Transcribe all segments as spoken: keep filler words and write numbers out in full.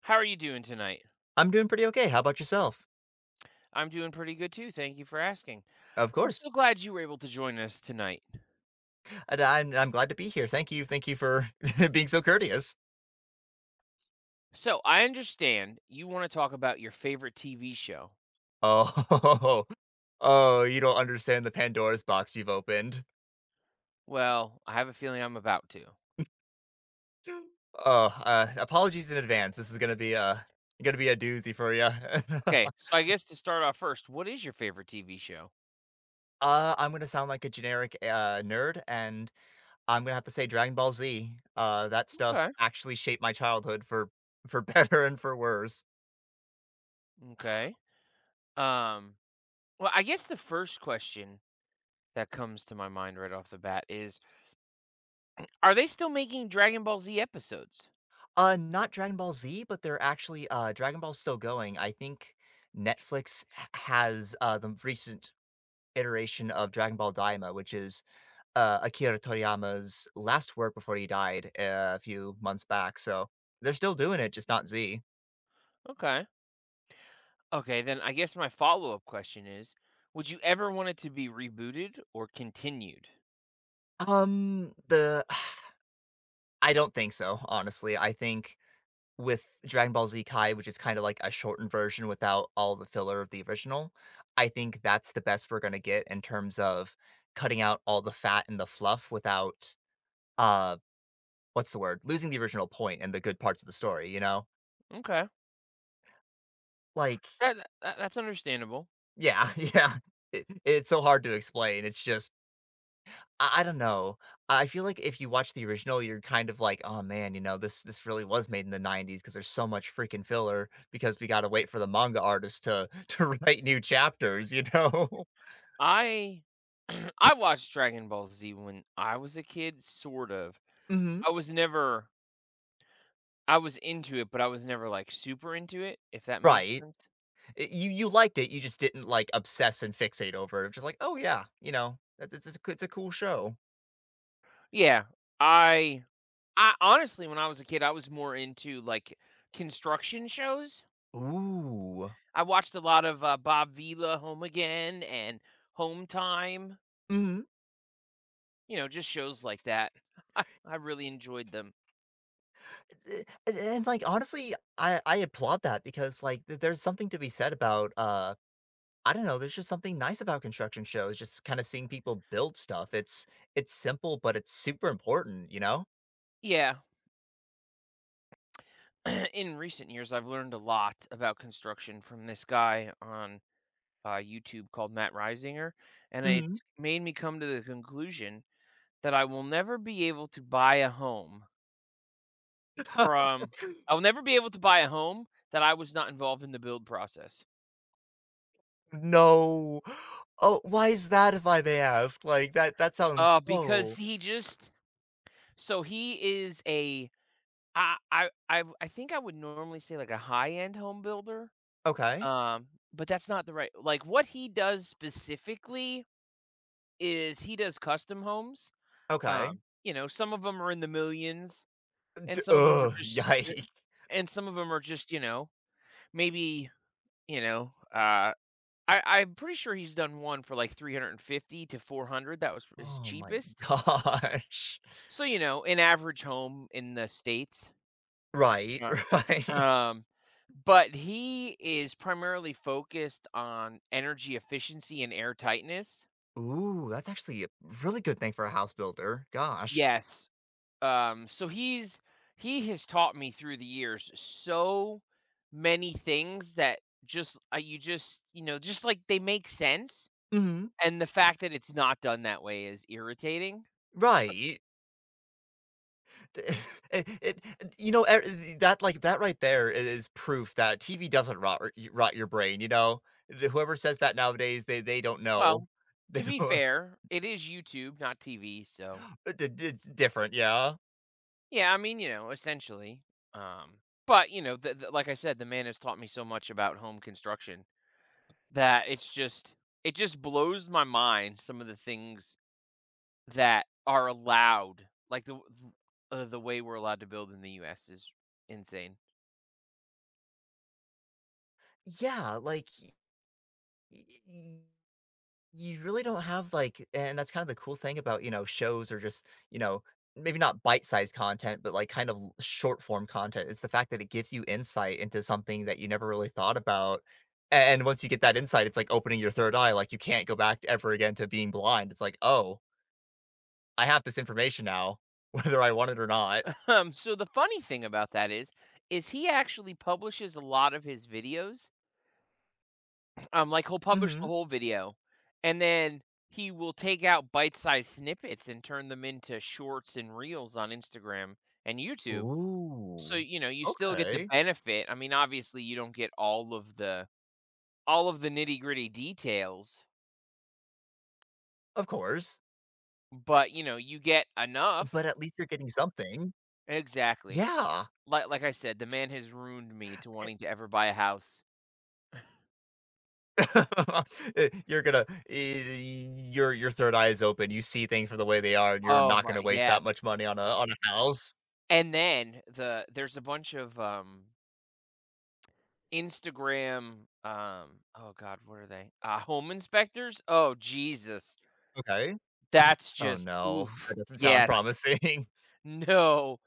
How are you doing tonight? I'm doing pretty okay. How about yourself? I'm doing pretty good too. Thank you for asking. Of I'm course. so glad you were able to join us tonight. And I'm I'm glad to be here. Thank you. Thank you for being so courteous. So, I understand you want to talk about your favorite T V show. Oh, oh, you don't understand the Pandora's box you've opened. Well, I have a feeling I'm about to. Oh, uh, apologies in advance. This is gonna be a gonna be a doozy for you. uh, Okay, so I guess to start off first, what is your favorite T V show? I'm gonna sound like a generic uh, nerd, and I'm gonna have to say Dragon Ball Z. Uh, that stuff Okay. actually shaped my childhood for for better and for worse. Okay. Um, well, I guess the first question that comes to my mind right off the bat is, are they still making Dragon Ball Z episodes? Uh, not Dragon Ball Z, but they're actually uh, Dragon Ball's still going. I think Netflix h- has uh, the recent iteration of Dragon Ball Daima, which is uh, Akira Toriyama's last work before he died uh, a few months back. So they're still doing it, just not Z. Okay. Okay, then I guess my follow-up question is, would you ever want it to be rebooted or continued? Um, the I don't think so. Honestly, I think with Dragon Ball Z Kai, which is kinda like a shortened version without all the filler of the original, I think that's the best we're gonna get in terms of cutting out all the fat and the fluff without, uh, what's the word? Losing the original point and the good parts of the story, you know? Okay. Like, That that that's understandable. yeah, yeah. It it's so hard to explain, it's just I I don't know. I feel like if you watch the original, you're kind of like, "Oh, man, you know, this this really was made in the nineties because there's so much freaking filler because we gotta wait for the manga artist to to write new chapters," you know? I I watched Dragon Ball Z when I was a kid, sort of. Mhm. I was never I was into it, but I was never, like, super into it, if that makes Right. sense. I you you liked it, you just didn't, like, obsess and fixate over it. Just like, "Oh, yeah, you know, that's it's it's a c- it's a cool show." Yeah. I I honestly, when I was a kid, I was more into, like, construction shows. Ooh. I watched a lot of, uh, Bob Vila, Home Again, and Home Time. Mhm. You know, just shows like that. I, I really enjoyed them. Eh, and and, like, honestly, I I applaud that because, like, th there's something to be said about, uh I don't know, there's just something nice about construction shows, just kinda seeing people build stuff. It's it's simple, but it's super important, you know? Yeah. In recent years, I've learned a lot about construction from this guy on uh, YouTube called Matt Reisinger. And Mhm. it's made me come to the conclusion that I will never be able to buy a home from, I will never be able to buy a home that I was not involved in the build process. No. Oh, why is that, if I may ask? Like, that that sounds Uh, because oh, he just so he is a I I I I think I would normally say like a high end home builder. okay, Um, but that's not the right, like, what he does specifically is he does custom homes. okay. Um, you know, some of them are in the millions, D and some of them are ugh, just eh, yikes! and some of them are just, you know, maybe, you know, uh, I I'm pretty sure he's done one for, like, three hundred fifty to four hundred, that was his Oh my cheapest. gosh. So, you know, an average home in the States. Right, Uh, right. um, but he is primarily focused on energy efficiency and air tightness. Ooh, that's actually a really good thing for a house builder, gosh. Yes, um, so he's he has taught me through the years so many things that just uh, you just you know, just, like, they make sense, Mhm. and the fact that it's not done that way is irritating. Right. It it you know, er that like, that right there is proof that T V doesn't rot r rot your brain, you know? The whoever says that nowadays, they they don't know. Well, They to be don't fair, it is YouTube, not T V, so it it's different, yeah. yeah, I mean, you know, essentially, um, but, you know, the the like I said, the man has taught me so much about home construction that it's just it just blows my mind some of the things that are allowed, like, the uh, the way we're allowed to build in the U S is insane. Yeah, like, y y You really don't have, like and that's kind of the cool thing about, you know, shows or just, you know, maybe not bite-sized content, but, like, kind of l short form content. It's the fact that it gives you insight into something that you never really thought about, a and once you get that insight, it's like opening your third eye, like, you can't go back to- ever again to being blind. It's like, "Oh, I have this information now, whether I want it or not." Um, so the funny thing about that is, is he actually publishes a lot of his videos. Um, like, he'll publish the Mhm. whole video, and then he will take out bite-sized snippets and turn them into shorts and reels on Instagram and YouTube. So, Ooh. you know, you still get the Okay. benefit. I mean, obviously, you don't get all of the all of the nitty-gritty details, Of course. but, you know, you get But enough. at least you're getting something. Exactly. Yeah. Like like I said, the man has ruined me to wanting to ever buy a house. Eh, You're gonna eh, your your third eye is open. You see things for the way they are, and you're Oh not my, gonna waste yeah. that much money on a on a house. And then the there's a bunch of, um, Instagram, um oh god, what are they? Uh, home inspectors? Oh, Jesus. Okay. That's Oh just no, oof. that doesn't sound Yes. promising. No.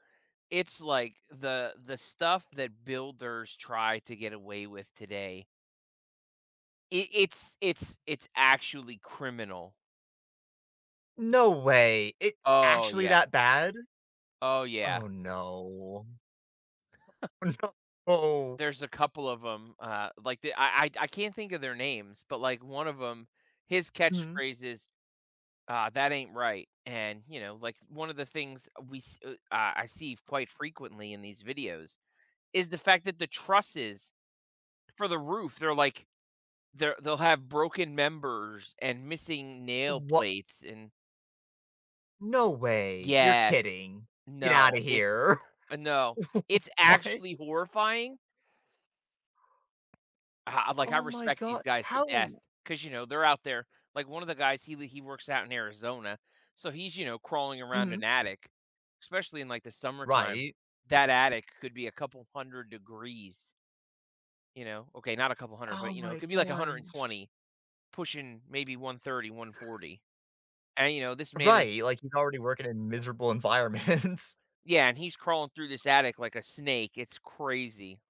It's like the the stuff that builders try to get away with today. It it's it's it's actually criminal. No way. It Oh, actually yeah. that bad? Oh, Oh yeah. no. No. There's a couple of them, uh, like, the I I I can't think of their names, but, like, one of them, his Mhm. catchphrase is, uh, "That ain't right," and, you know, like, one of the things we s uh, I see quite frequently in these videos is the fact that the trusses for the roof, they're like they're they'll have broken members and missing nail What? plates and No way. You're yeah, kidding. Get out no, of it's here. uh, no, it's What? actually horrifying. I I like, I Oh my respect these god. guys to death, How? 'cause you know, they're out there. Like, one of the guys, he li he works out in Arizona, so he's, you know, crawling around Mhm. an attic, especially in, like, the summertime. Right. That attic could be a couple hundred degrees, you know? Okay, not a couple hundred, Oh but, you know, it my could be, like, gosh. one hundred twenty, pushing maybe one thirty, one forty. And, you know, this man is Right, like, he's already working in miserable environments. yeah, and he's crawling through this attic like a snake. It's crazy.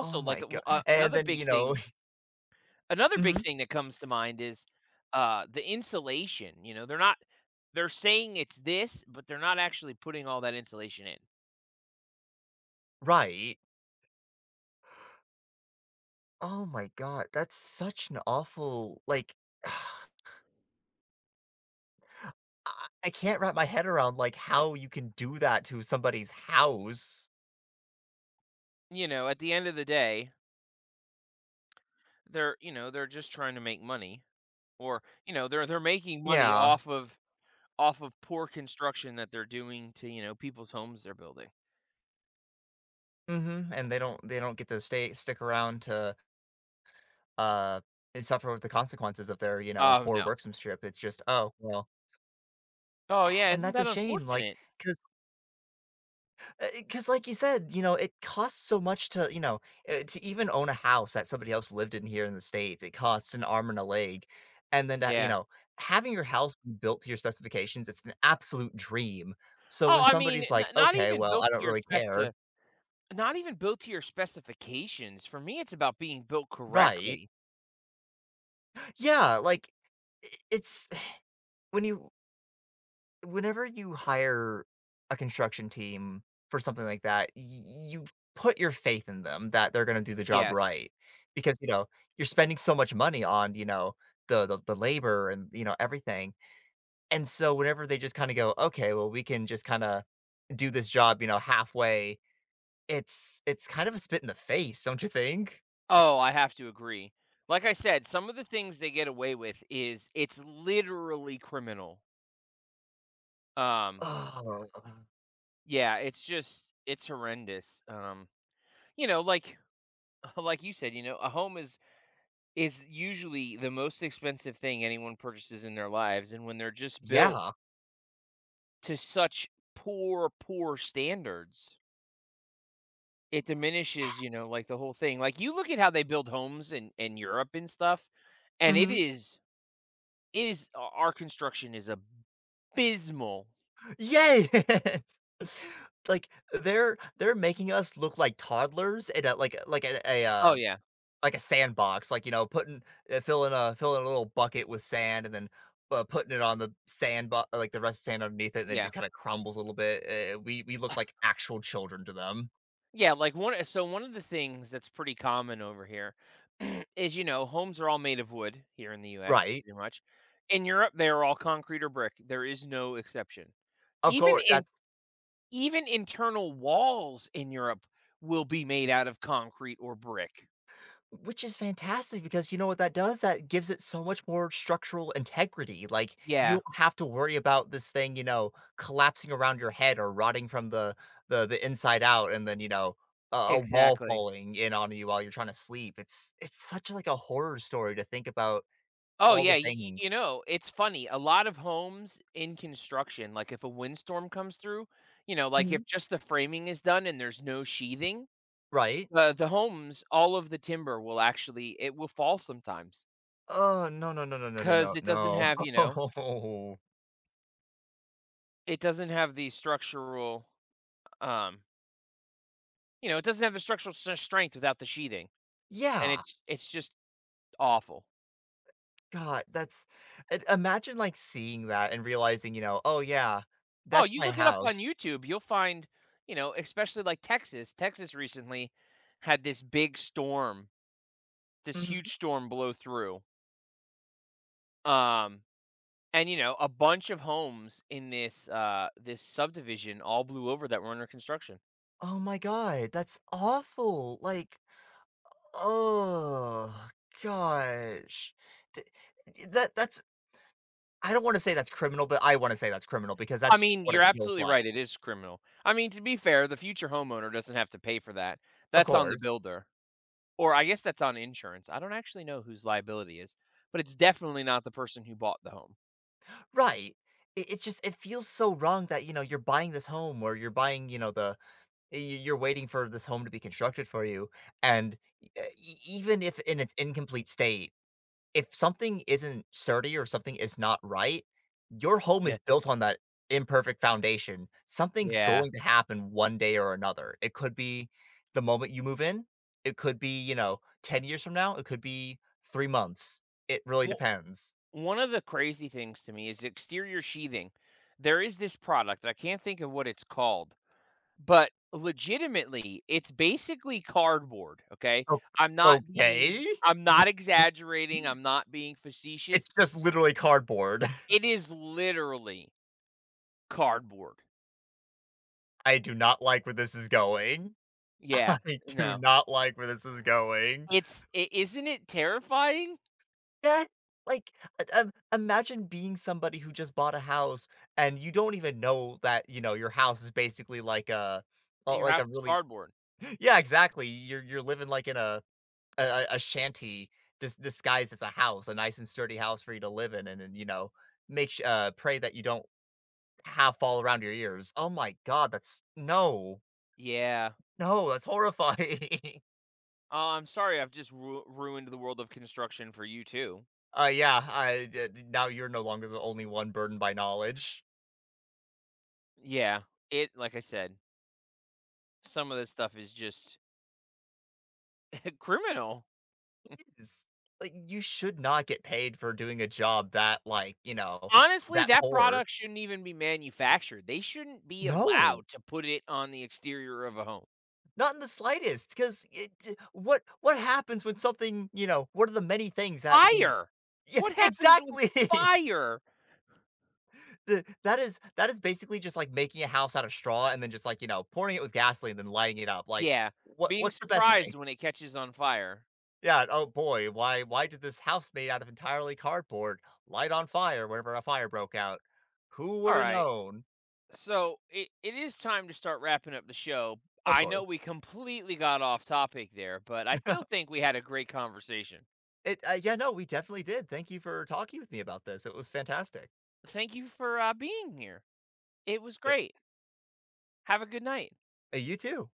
Oh my like, uh, god! Uh, and another then, big you know thing, Another big Mhm. thing that comes to mind is, uh, the insulation, you know, they're not they're saying it's this, but they're not actually putting all that insulation in. Right. Oh my god, that's such an awful like, I I can't wrap my head around, like, Uh, how you can do that to somebody's house. you know, at the end of the day, they're, you know, they're just trying to make money, or, you know, they're they're making money Yeah. off of off of poor construction that they're doing to, you know, people's homes they're building. Mhm, and they don't they don't get to stay stick around to, uh, and suffer with the consequences of their, you know, Oh, poor no. worksmanship, it's just, "Oh, well." Oh, yeah, And isn't that's a that shame, like unfortunate? because. Because, like you said, you know, it costs so much to, you know, eh, to even own a house that somebody else lived in here in the States, it costs an arm and a leg, and then that you Yeah. know, having your house be built to your specifications, it's an absolute dream. So Oh, when I mean, somebody's like, n not "Okay, even well, built I to don't your really spec care." to not even built to your specifications. For me, it's about being built Right. correctly. Yeah, like, I it's when you whenever you hire a construction team for something like that, y you put your faith in them that they're gonna do the job Yes. right because, you know, you're spending so much money on, you know, the the the labor and, you know, everything, and so whenever they just kinda go, "Okay, well, we can just kinda do this job, you know, halfway," it's it's kind of a spit in the face, don't you think? Oh, I have to agree. Like I said, some of the things they get away with is it's literally criminal. Um, Oh, yeah, it's just it's horrendous. Um, you know, like like you said, you know, a home is is usually the most expensive thing anyone purchases in their lives, and when they're just built yeah. to such poor, poor standards, it diminishes, you know, like the whole thing. Like you look at how they build homes in in Europe and stuff, and it Mhm. is It is o our construction is abysmal. Yes! Like, they're they're making us look like toddlers in a like like a a, Oh, uh, yeah. like a sandbox, like, you know, putting uh, filling a filling a little bucket with sand and then, uh, putting it on the sand bu like, the rest of sand underneath it, and then it Yeah. just kinda crumbles a little bit, eh, we we look like actual children to them. Yeah, like, one uh, so one of the things that's pretty common over here is, you know, homes are all made of wood here in the U S, Right. pretty much. In Europe, they are all concrete or brick. There is no exception. Of Even course, in that's even internal walls in Europe will be made out of concrete or brick. which is fantastic because you know what that does? That gives it so much more structural integrity. Like you Yeah, don't have to worry about this thing, you know, collapsing around your head or rotting from the the the inside out, and then you know a, a wall exactly. falling in on you while you're trying to sleep. It's it's such like a horror story to think about Oh all yeah, the y you things, know, it's funny, a lot of homes in construction, like, if a windstorm comes through, you know, like, hmm if just the framing is done and there's no sheathing, right? the the homes, all of the timber will actually it will fall sometimes, Oh no no no no no no because no it doesn't have, you know, no. it doesn't have the structural, um, you know, it doesn't have the structural s strength without the sheathing, and Yeah. it's it's just awful. God, that's I imagine, like, seeing that and realizing, you know, "Oh, yeah, Oh, that's you my look it up on house." YouTube, you'll find, you know, especially, like, Texas Texas recently had this big storm this Mhm. huge storm blow through. Um, and you know, a bunch of homes in this uh this subdivision all blew over that were under construction. Oh my god, that's awful, like, oh gosh. Th that that's I don't wanna say that's criminal, but I wanna say that's criminal because I that's just mean, what you're it feels absolutely right. like. It is criminal. I mean, to be fair, the future homeowner doesn't have to pay for that. Of That's on the course. builder, or I guess that's on insurance. I don't actually know whose liability is, but it's definitely not the person who bought the home. Right. It it's just it feels so wrong that, you know, you're buying this home or you're buying, you know, the y you're waiting for this home to be constructed for you, and e e even if in its incomplete state if something isn't sturdy or something is not right, your home Yeah, is built on that imperfect foundation. Something's yeah. going to happen one day or another. It could be the moment you move in, it could be, you know, ten years from now, it could be three months. It really Well, depends. one of the crazy things to me is exterior sheathing. There is this product. I can't think of what it's called. But legitimately, it's basically cardboard, okay? O I'm not being Okay. I'm not exaggerating, I'm not being facetious. It's just literally cardboard. It is literally cardboard. I do not like where this is going. Yeah, I do no. not like where this is going. It's I isn't it terrifying That like, uh, um, imagine being somebody who just bought a house and you don't even know that, you know, your house is basically like a that uh, your like house a is really cardboard? yeah, exactly. You're you're living like in a a a a shanty dis disguised as a house, a nice and sturdy house for you to live in and then, you know, make su uh, pray that you don't have fall around your ears. Oh my god, that's no. Yeah. No, that's horrifying. Oh, I'm sorry I've just ru ruined the world of construction for you too. Uh, yeah, I, uh, now you're no longer the only one burdened by knowledge. Yeah, it like I said, some of this stuff is just criminal. Is like, you should not get paid for doing a job that, like, you know, Honestly, that that poor. product shouldn't even be manufactured. They shouldn't be No, allowed to put it on the exterior of a home. not in the slightest. Because what what happens when something you know, what are the many things that can Fire! yeah, What happens with exactly! fire? The that is that is basically just like making a house out of straw and then just, like, you know, pouring it with gasoline and then lighting it up, like, Yeah, what being what's the best thing? surprised when it catches on fire. Yeah, oh boy, why why did this house made out of entirely cardboard light on fire whenever a fire broke out? Who All woulda right. known? So it, it is time to start wrapping up the show. Of I know course. we completely got off topic there, but I still think we had a great conversation. It uh, yeah, no, we definitely did. Thank you for talking with me about this. It was fantastic. Thank you for uh, being here. It was Uh, great. Have a good night. you too.